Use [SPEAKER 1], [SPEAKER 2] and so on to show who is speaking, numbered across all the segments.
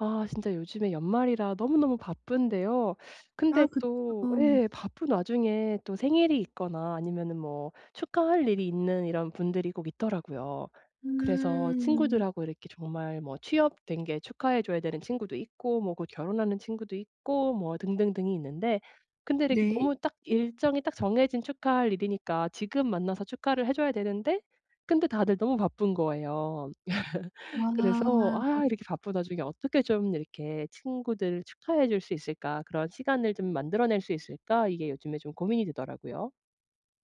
[SPEAKER 1] 아 진짜 요즘에 연말이라 너무너무 바쁜데요. 근데
[SPEAKER 2] 아 그쵸.
[SPEAKER 1] 또 예 바쁜 와중에 또 생일이 있거나 아니면은 뭐 축하할 일이 있는 이런 분들이 꼭 있더라고요. 그래서
[SPEAKER 2] 음.
[SPEAKER 1] 친구들하고 이렇게 정말 뭐 취업된 게 축하해 줘야 되는 친구도 있고 뭐 곧 결혼하는 친구도 있고 뭐 등등등이 있는데, 근데 이렇게
[SPEAKER 2] 네.
[SPEAKER 1] 너무 딱 일정이 딱 정해진 축하할 일이니까 지금 만나서 축하를 해 줘야 되는데, 근데 다들 너무 바쁜 거예요. 그래서
[SPEAKER 2] 와.
[SPEAKER 1] '아 이렇게 바쁜 와중에 어떻게 좀 이렇게 친구들을 축하해 줄 수 있을까? 그런 시간을 좀 만들어 낼 수 있을까?' 이게 요즘에 좀 고민이 되더라고요.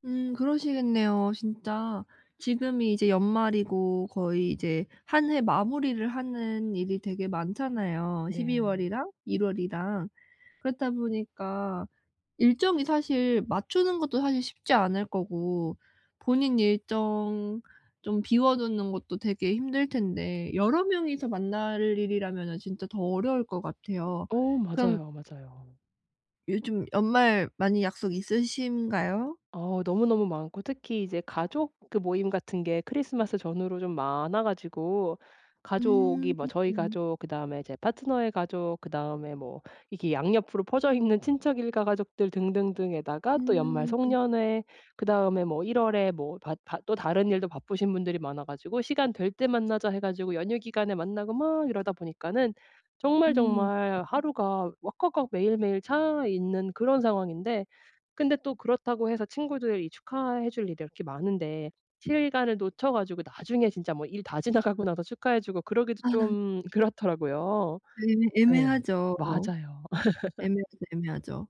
[SPEAKER 2] 그러시겠네요 진짜. 지금이 이제 연말이고 거의 이제 한 해 마무리를 하는 일이 되게 많잖아요, 12
[SPEAKER 1] 네.
[SPEAKER 2] 월이랑 1 월이랑. 그렇다 보니까 일정이 사실 맞추는 것도 사실 쉽지 않을 거고, 본인 일정 좀 비워 두는 것도 되게 힘들 텐데 여러 명이서 만날 일이라면은 진짜 더 어려울 것 같아요.
[SPEAKER 1] 어
[SPEAKER 2] 그럼
[SPEAKER 1] 맞아요, 맞아요.
[SPEAKER 2] 요즘 연말 많이 약속 있으신가요?
[SPEAKER 1] 너무너무 많고 특히 이제 가족 그 모임 같은 게 크리스마스 전후로 좀 많아 가지고, 가족이
[SPEAKER 2] 음.
[SPEAKER 1] 뭐 저희 가족 그다음에 제 파트너의 가족 그다음에 뭐 이렇게 양옆으로 퍼져 있는 친척 일가 가족들 등등등에다가 또 연말
[SPEAKER 2] 음.
[SPEAKER 1] 송년회 그다음에 뭐 1 월에 뭐 또 다른 일도 바쁘신 분들이 많아 가지고 "시간 될 때 만나자." 해 가지고 연휴 기간에 만나고 막 이러다 보니까는 정말
[SPEAKER 2] 음.
[SPEAKER 1] 정말 하루가 왁왁왁 매일매일 차 있는 그런 상황인데, 근데 또 그렇다고 해서 친구들이 축하해 줄 일이 이렇게 많은데 시간을 놓쳐 가지고 나중에 진짜 뭐 일 다 지나가고 나서 축하해 주고 그러기도
[SPEAKER 2] 아,
[SPEAKER 1] 좀 그렇더라고요.
[SPEAKER 2] 애매
[SPEAKER 1] 예.
[SPEAKER 2] 애매하죠.
[SPEAKER 1] 맞아요.
[SPEAKER 2] 애매하죠, 애매하죠.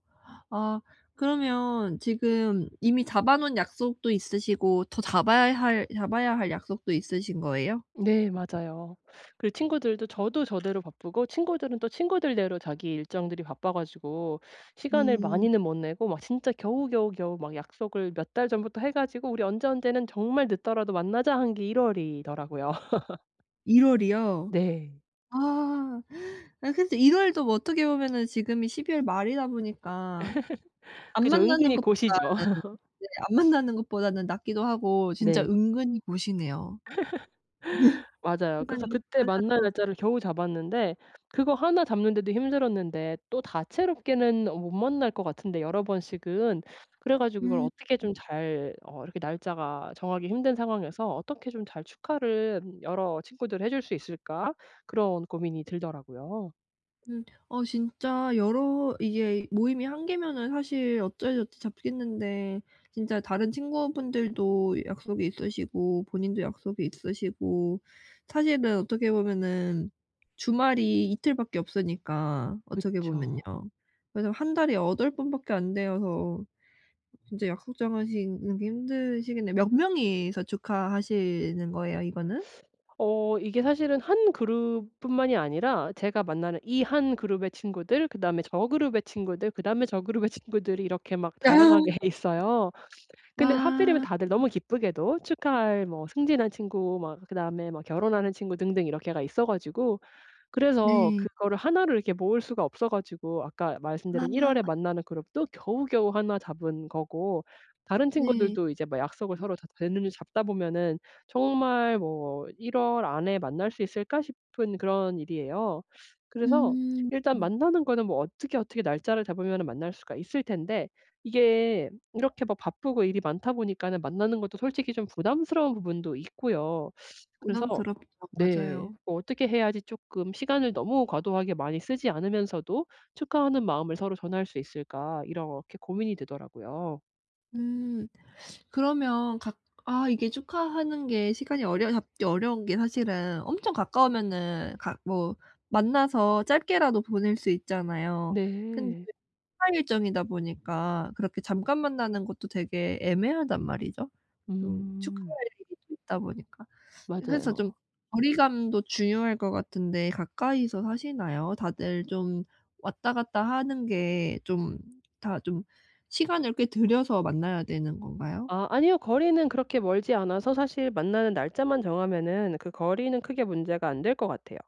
[SPEAKER 2] 아, 그러면 지금 이미 잡아 놓은 약속도 있으시고 더 잡아야 할 약속도 있으신 거예요?
[SPEAKER 1] 네, 맞아요. 그리고 친구들도 저도 저대로 바쁘고 친구들은 또 친구들대로 자기 일정들이 바빠 가지고 시간을
[SPEAKER 2] 음.
[SPEAKER 1] 많이는 못 내고 막 진짜 겨우겨우 겨우 막 약속을 몇 달 전부터 해 가지고 "우리 언제 언제는 정말 늦더라도 만나자." 한 게 1 월이더라고요.
[SPEAKER 2] 1 월이요?
[SPEAKER 1] 네.
[SPEAKER 2] 아. 아 근데 1 월도 뭐 어떻게 보면은 지금이 12월 말이다 보니까 안
[SPEAKER 1] 그죠.
[SPEAKER 2] 만나는
[SPEAKER 1] 은근히
[SPEAKER 2] 것보다는,
[SPEAKER 1] 고시죠.
[SPEAKER 2] 네, 안 만나는 것보다는 낫기도 하고 진짜
[SPEAKER 1] 네.
[SPEAKER 2] 은근히 고시네요.
[SPEAKER 1] 맞아요. 그래서
[SPEAKER 2] 시간이 확
[SPEAKER 1] 그때 만날
[SPEAKER 2] 빨라서.
[SPEAKER 1] 날짜를 겨우 잡았는데, 그거 하나 잡는데도 힘들었는데 또 다채롭게는 못 만날 것 같은데 여러 번씩은. 그래 가지고 이걸
[SPEAKER 2] 음.
[SPEAKER 1] 어떻게 좀 잘 이렇게 날짜가 정하기 힘든 상황에서 '어떻게 좀 잘 축하를 여러 친구들 해줄 수 있을까?' 그런 고민이 들더라고요.
[SPEAKER 2] 음. 어 진짜 여러 이게 모임이 한 개면은 사실 어쩌지저쩌 잡겠는데 진짜 다른 친구분들도 약속이 있으시고 본인도 약속이 있으시고, 사실은 어떻게 보면은 주말이 이틀밖에 없으니까, 어떻게 보면요.
[SPEAKER 1] 그쵸.
[SPEAKER 2] 그래서 한 달에 덟 번밖에 안 되어서 진짜 약속 잡으시는 게 힘드시겠네요. 몇 명이서 축하하시는 거예요, 이거는?
[SPEAKER 1] 이게 사실은 한 그룹뿐만이 아니라 제가 만나는 이 한 그룹의 친구들 그다음에 저 그룹의 친구들 그다음에 저 그룹의 친구들이 이렇게 막
[SPEAKER 2] 아.
[SPEAKER 1] 다양하게 있어요. 근데 하필이면
[SPEAKER 2] 아
[SPEAKER 1] 다들 너무 기쁘게도 축하할 뭐 승진한 친구 막 그다음에 막 결혼하는 친구 등등 이렇게가 있어 가지고, 그래서
[SPEAKER 2] 네.
[SPEAKER 1] 그거를 하나로 이렇게 모을 수가 없어 가지고 아까
[SPEAKER 2] 아
[SPEAKER 1] 말씀드린 1 월에 만나는 그룹도 겨우겨우 하나 잡은 거고, 다른
[SPEAKER 2] 네.
[SPEAKER 1] 친구들도 이제 막 약속을 서로 다 되는지 잡다 보면은 정말 뭐 1월 안에 만날 수 있을까 싶은 그런 일이에요. 그래서
[SPEAKER 2] 음.
[SPEAKER 1] 일단 만나는 거는 뭐 어떻게 날짜를 잡으면은 만날 수가 있을 텐데, 이게 이렇게 막 바쁘고 일이 많다 보니까는 만나는 것도 솔직히 좀 부담스러운 부분도 있고요. 그래서
[SPEAKER 2] 부담스럽죠,
[SPEAKER 1] 네.
[SPEAKER 2] 맞아요.
[SPEAKER 1] 뭐 어떻게 해야지 조금 시간을 너무 과도하게 많이 쓰지 않으면서도 축하하는 마음을 서로 전할 수 있을까 이렇게 고민이 되더라고요.
[SPEAKER 2] 음. 그러면 각, 아 이게 축하하는 게 시간이 어려 잡기 어려운 게 사실은 엄청 가까우면은 각 뭐 만나서 짧게라도 보낼 수 있잖아요. 근데
[SPEAKER 1] 네.
[SPEAKER 2] 회사 일정이다 보니까 그렇게 잠깐 만나는 것도 되게 애매하단 말이죠. 좀 축하할
[SPEAKER 1] 음.
[SPEAKER 2] 일이 또 있다 보니까. 그래서
[SPEAKER 1] 맞아요.
[SPEAKER 2] 좀 거리감도 중요할 것 같은데, 가까이서 사시나요? 다들 좀 왔다 갔다 하는 게 좀 다 좀 시간을 꽤 들여서 만나야 되는 건가요?
[SPEAKER 1] 아 아니요. 거리는 그렇게 멀지 않아서 사실 만나는 날짜만 정하면은 그 거리는 크게 문제가 안 될 것 같아요.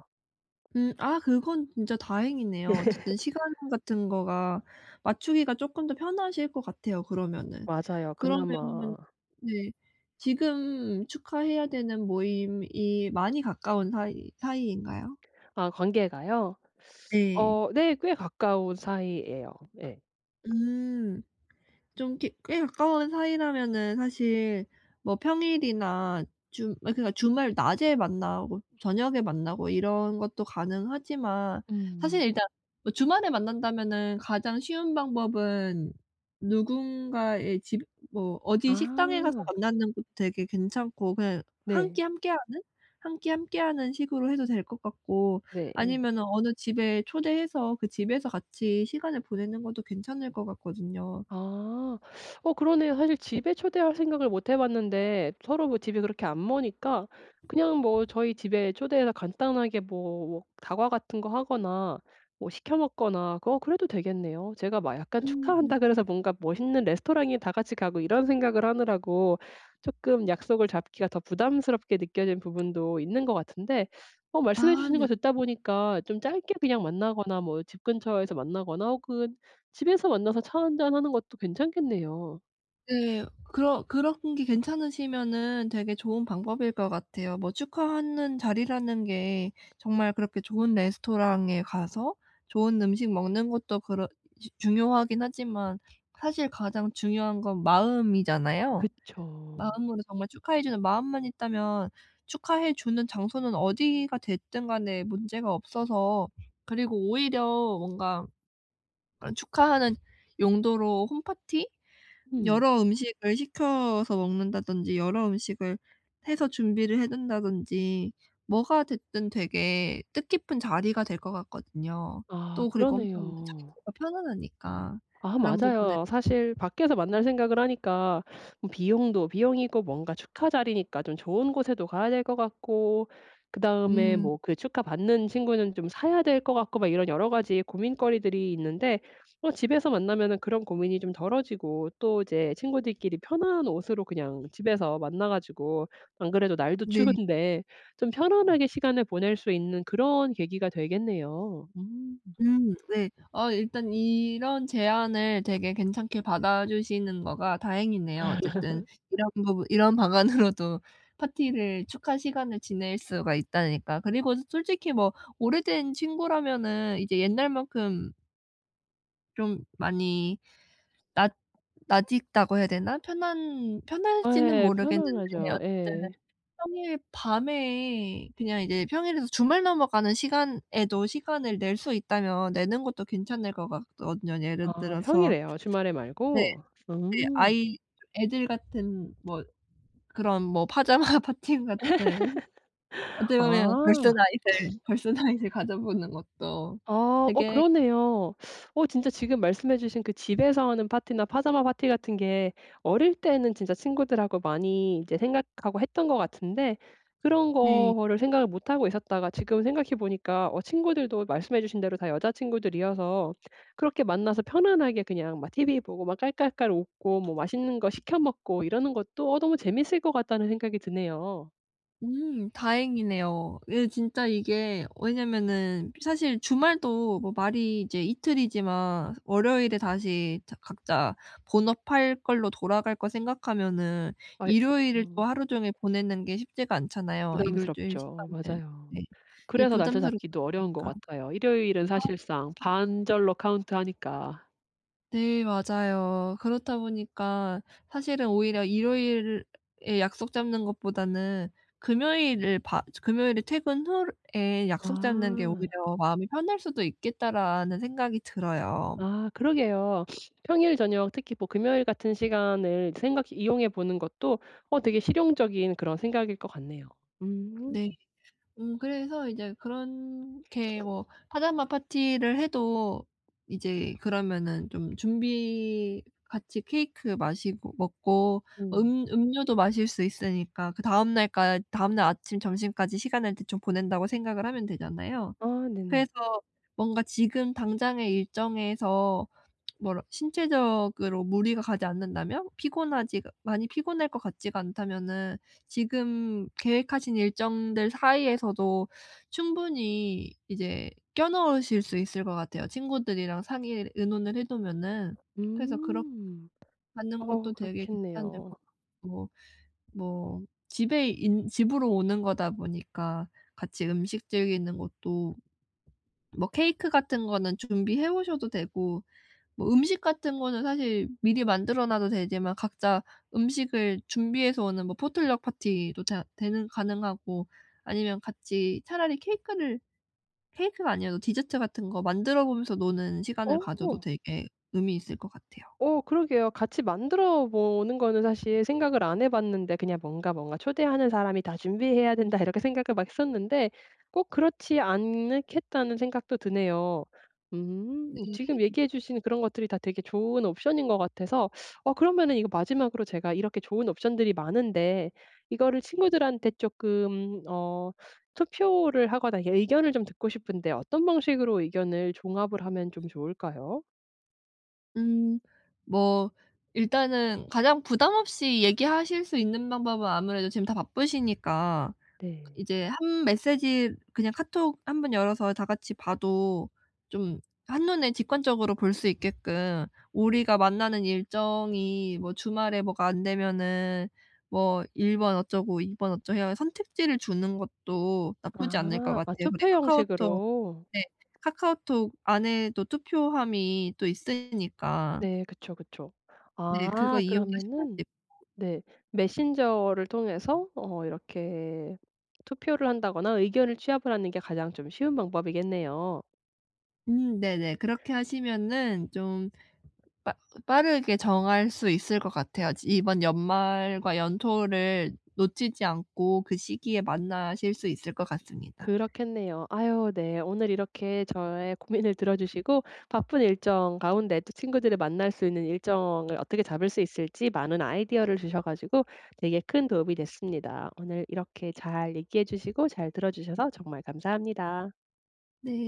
[SPEAKER 2] 음. 아 그건 진짜 다행이네요. 어쨌든 시간 같은 거가 맞추기가 쪼끔 더 편하실 것 같아요 그러면은.
[SPEAKER 1] 맞아요.
[SPEAKER 2] 그러면
[SPEAKER 1] 그나마.
[SPEAKER 2] 네, 지금 축하해야 되는 모임이 많이 가까운 사이 사이인가요?
[SPEAKER 1] 아 관계가요?
[SPEAKER 2] 네.
[SPEAKER 1] 어 네. 꽤 가까운 사이예요. 네,
[SPEAKER 2] 음. 좀 꽤 꽤 가까운 사이라면은 사실 뭐 평일이나 주, 아 그러니까 주말 낮에 만나고 저녁에 만나고 이런 것도 가능하지만, 사실
[SPEAKER 1] 음.
[SPEAKER 2] 일단 뭐 주말에 만난다면은 가장 쉬운 방법은 누군가의 집, 뭐 어디 식당에 가서
[SPEAKER 1] 아.
[SPEAKER 2] 만나는 것도 되게 괜찮고, 그냥 한 끼
[SPEAKER 1] 네.
[SPEAKER 2] 함께하는 한 끼 함께하는 식으로 해도 될 것 같고,
[SPEAKER 1] 네.
[SPEAKER 2] 아니면은 어느 집에 초대해서 그 집에서 같이 시간을 보내는 것도 괜찮을 것 같거든요.
[SPEAKER 1] 아. 그러네요. 사실 집에 초대할 생각을 못해 봤는데 서로 뭐 집이 그렇게 안 머니까 그냥 뭐 저희 집에 초대해서 간단하게 뭐 뭐 다과 같은 거 하거나 뭐 시켜 먹거나 그래도 되겠네요. 제가 막 약간
[SPEAKER 2] 음.
[SPEAKER 1] 축하한다 그래서 뭔가 멋있는 레스토랑에 다 같이 가고 이런 생각을 하느라고 조금 약속을 잡기가 더 부담스럽게 느껴진 부분도 있는 것 같은데, 말씀해
[SPEAKER 2] 아
[SPEAKER 1] 주시는 거
[SPEAKER 2] 네.
[SPEAKER 1] 듣다 보니까 좀 짧게 그냥 만나거나 뭐 집 근처에서 만나거나 혹은 집에서 만나서 차 한잔 하는 것도 괜찮겠네요.
[SPEAKER 2] 네. 그러 그런 게 괜찮으시면은 되게 좋은 방법일 것 같아요. 뭐 축하하는 자리라는 게 정말 그렇게 좋은 레스토랑에 가서 좋은 음식 먹는 것도 그러 주 중요하긴 하지만, 사실 가장 중요한 건 마음이잖아요.
[SPEAKER 1] 그쵸.
[SPEAKER 2] 마음으로 정말 축하해 주는 마음만 있다면 축하해 주는 장소는 어디가 됐든 간에 문제가 없어서. 그리고 오히려 뭔가 그런 축하하는 용도로 홈파티?
[SPEAKER 1] 음.
[SPEAKER 2] 여러 음식을 시켜서 먹는다든지, 여러 음식을 해서 준비를 해 둔다든지, 뭐가 됐든 되게 뜻깊은 자리가 될 것 같거든요.
[SPEAKER 1] 아
[SPEAKER 2] 또 그리고 엄청
[SPEAKER 1] 그러네요.
[SPEAKER 2] 자기가 편안하니까
[SPEAKER 1] 아
[SPEAKER 2] 그런 부분에서.
[SPEAKER 1] 맞아요. 사실 밖에서 만날 생각을 하니까 뭐 비용도 비용이고 뭔가 축하 자리니까 좀 좋은 곳에도 가야 될 것 같고 그다음에
[SPEAKER 2] 음
[SPEAKER 1] 뭐 그 축하받는 친구는 좀 사야 될 것 같고 막 이런 여러 가지 고민거리들이 있는데, 집에서 만나면은 그런 고민이 좀 덜어지고 또 이제 친구들끼리 편한 옷으로 그냥 집에서 만나 가지고 안 그래도 날도
[SPEAKER 2] 네.
[SPEAKER 1] 추운데 좀 편안하게 시간을 보낼 수 있는 그런 계기가 되겠네요. 음.
[SPEAKER 2] 네. 어 일단 이런 제안을 되게 괜찮게 받아주시는 거가 다행이네요. 어쨌든 이런 부분, 이런 방안으로도 파티를 축하 시간을 지낼 수가 있다니까. 그리고 솔직히 뭐 오래된 친구라면은 이제 옛날만큼 좀 많이 낮 낯익다고 해야 되나? 편한 편할지는
[SPEAKER 1] 네,
[SPEAKER 2] 모르겠는데
[SPEAKER 1] 편안하죠.
[SPEAKER 2] 어쨌든
[SPEAKER 1] 예.
[SPEAKER 2] 평일 밤에, 그냥 이제 평일에서 주말 넘어가는 시간에도 시간을 낼 수 있다면 내는 것도 괜찮을 것 같거든요. 예를
[SPEAKER 1] 아
[SPEAKER 2] 들어서
[SPEAKER 1] 평일에요? 주말에
[SPEAKER 2] 네,
[SPEAKER 1] 말고?
[SPEAKER 2] 네
[SPEAKER 1] 음.
[SPEAKER 2] 아이 애들 같은 뭐 그런 뭐 파자마 파티 같은. 어떻게 보면
[SPEAKER 1] 아.
[SPEAKER 2] 걸스나잇을 가져보는 것도
[SPEAKER 1] 아 어
[SPEAKER 2] 되게.
[SPEAKER 1] 그러네요. 진짜 지금 말씀해 주신 그 집에서 하는 파티나 파자마 파티 같은 게 어릴 때는 진짜 친구들하고 많이 이제 생각하고 했던 것 같은데, 그런
[SPEAKER 2] 네.
[SPEAKER 1] 거를 생각을 못 하고 있었다가 지금 생각해 보니까 친구들도 말씀해 주신 대로 다 여자친구들이어서 그렇게 만나서 편안하게 그냥 막 TV 보고 막 깔깔깔 웃고 뭐 맛있는 거 시켜 먹고 이러는 것도 너무 재밌을 것 같다는 생각이 드네요.
[SPEAKER 2] 다행이네요. 예 진짜 이게 왜냐면은 사실 주말도 뭐 말이 이제 이틀이지만 월요일에 다시 자 각자 본업할 걸로 돌아갈 거 생각하면은
[SPEAKER 1] 아이
[SPEAKER 2] 일요일을
[SPEAKER 1] 어.
[SPEAKER 2] 또 하루 종일 보내는 게 쉽지가 않잖아요, 일요일
[SPEAKER 1] 부담스럽죠.
[SPEAKER 2] 시간을.
[SPEAKER 1] 맞아요.
[SPEAKER 2] 네. 이게
[SPEAKER 1] 그래서 날짜
[SPEAKER 2] 부담스럽다
[SPEAKER 1] 잡기도 어려운 것
[SPEAKER 2] 보니까.
[SPEAKER 1] 같아요. 일요일은 사실상 반절로 카운트하니까.
[SPEAKER 2] 네 맞아요. 그렇다 보니까 사실은 오히려 일요일에 약속 잡는 것보다는 금요일을 바 금요일에 퇴근 후에 약속 잡는 게
[SPEAKER 1] 아.
[SPEAKER 2] 오히려 마음이 편할 수도 있겠다라는 생각이 들어요.
[SPEAKER 1] 아 그러게요. 평일 저녁 특히 뭐 금요일 같은 시간을 생각 이용해 보는 것도 되게 실용적인 그런 생각일 것 같네요. 음.
[SPEAKER 2] 네. 그래서 이제 그렇게 뭐 파자마 파티를 해도 이제 그러면은 좀 준비 같이 케이크 마시고 먹고 뭐
[SPEAKER 1] 음.
[SPEAKER 2] 음료도 마실 수 있으니까 그다음 날까 다음 날 아침 점심까지 시간을 대충 보낸다고 생각을 하면 되잖아요.
[SPEAKER 1] 아 네네.
[SPEAKER 2] 그래서 뭔가 지금 당장의 일정에서 뭐라 신체적으로 무리가 가지 않는다면, 피곤하지 많이 피곤할 것 같지가 않다면은 지금 계획하신 일정들 사이에서도 충분히 이제 껴 넣으실 수 있을 것 같아요, 친구들이랑 상의 의논을 해두면은. 그래서 그렇게
[SPEAKER 1] 음.
[SPEAKER 2] 가는
[SPEAKER 1] 어
[SPEAKER 2] 것도 되게 괜찮을
[SPEAKER 1] 그렇겠네요.
[SPEAKER 2] 것 같고, 뭐 집에 인 집으로 오는 거다 보니까 같이 음식 즐기는 것도, 뭐 케이크 같은 거는 준비해 오셔도 되고, 뭐 음식 같은 거는 사실 미리 만들어 놔도 되지만 각자 음식을 준비해서 오는 뭐 포틀럭 파티도 다 되는 가능하고, 아니면 같이 차라리 케이크를, 케이크가 아니어도 디저트 같은 거 만들어 보면서 노는 시간을 가져도
[SPEAKER 1] 어.
[SPEAKER 2] 되게 의미 있을 것 같아요.
[SPEAKER 1] 그러게요. 같이 만들어 보는 거는 사실 생각을 안 해 봤는데 그냥 뭔가 '초대하는 사람이 다 준비해야 된다.' 이렇게 생각을 막 했었는데 꼭 그렇지 않겠다는 생각도 드네요. 음,
[SPEAKER 2] 네.
[SPEAKER 1] 지금 얘기해 주신 그런 것들이 다 되게 좋은 옵션인 것 같아서, 그러면은 이거 마지막으로 제가 이렇게 좋은 옵션들이 많은데 이거를 친구들한테 조금 투표를 하거나 이렇게 의견을 좀 듣고 싶은데 어떤 방식으로 의견을 종합을 하면 좀 좋을까요?
[SPEAKER 2] 음 뭐 일단은 가장 부담 없이 얘기하실 수 있는 방법은 아무래도 지금 다 바쁘시니까
[SPEAKER 1] 네.
[SPEAKER 2] 이제 한 메시지 그냥 카톡 한번 열어서 다 같이 봐도 좀 한눈에 직관적으로 볼 수 있게끔 우리가 만나는 일정이 뭐 주말에 뭐가 안 되면은 뭐 1번 어쩌고, 2번 어쩌고 해야 선택지를 주는 것도 나쁘지 않을 것
[SPEAKER 1] 아. 아
[SPEAKER 2] 같아요.
[SPEAKER 1] 투표
[SPEAKER 2] 그리고 카카오톡
[SPEAKER 1] 형식으로.
[SPEAKER 2] 네, 카카오톡 안에도 투표함이 또 있으니까.
[SPEAKER 1] 네. 그쵸, 그쵸.
[SPEAKER 2] 네. 그거
[SPEAKER 1] 아
[SPEAKER 2] 이용하셔
[SPEAKER 1] 그러면은
[SPEAKER 2] 가지고
[SPEAKER 1] 네 메신저를 통해서 이렇게 투표를 한다거나 의견을 취합을 하는 게 가장 좀 쉬운 방법이겠네요.
[SPEAKER 2] 네네. 그렇게 하시면은 좀 빠 빠르게 정할 수 있을 것 같아요. 지 이번 연말과 연초를 놓치지 않고 그 시기에 만나실 수 있을 것 같습니다.
[SPEAKER 1] 그렇겠네요. 아유 네. 오늘 이렇게 저의 고민을 들어 주시고 바쁜 일정 가운데 또 친구들을 만날 수 있는 일정을 어떻게 잡을 수 있을지 많은 아이디어를 주셔 가지고 되게 큰 도움이 됐습니다. 오늘 이렇게 잘 얘기해 주시고 잘 들어 주셔서 정말 감사합니다.
[SPEAKER 2] 네.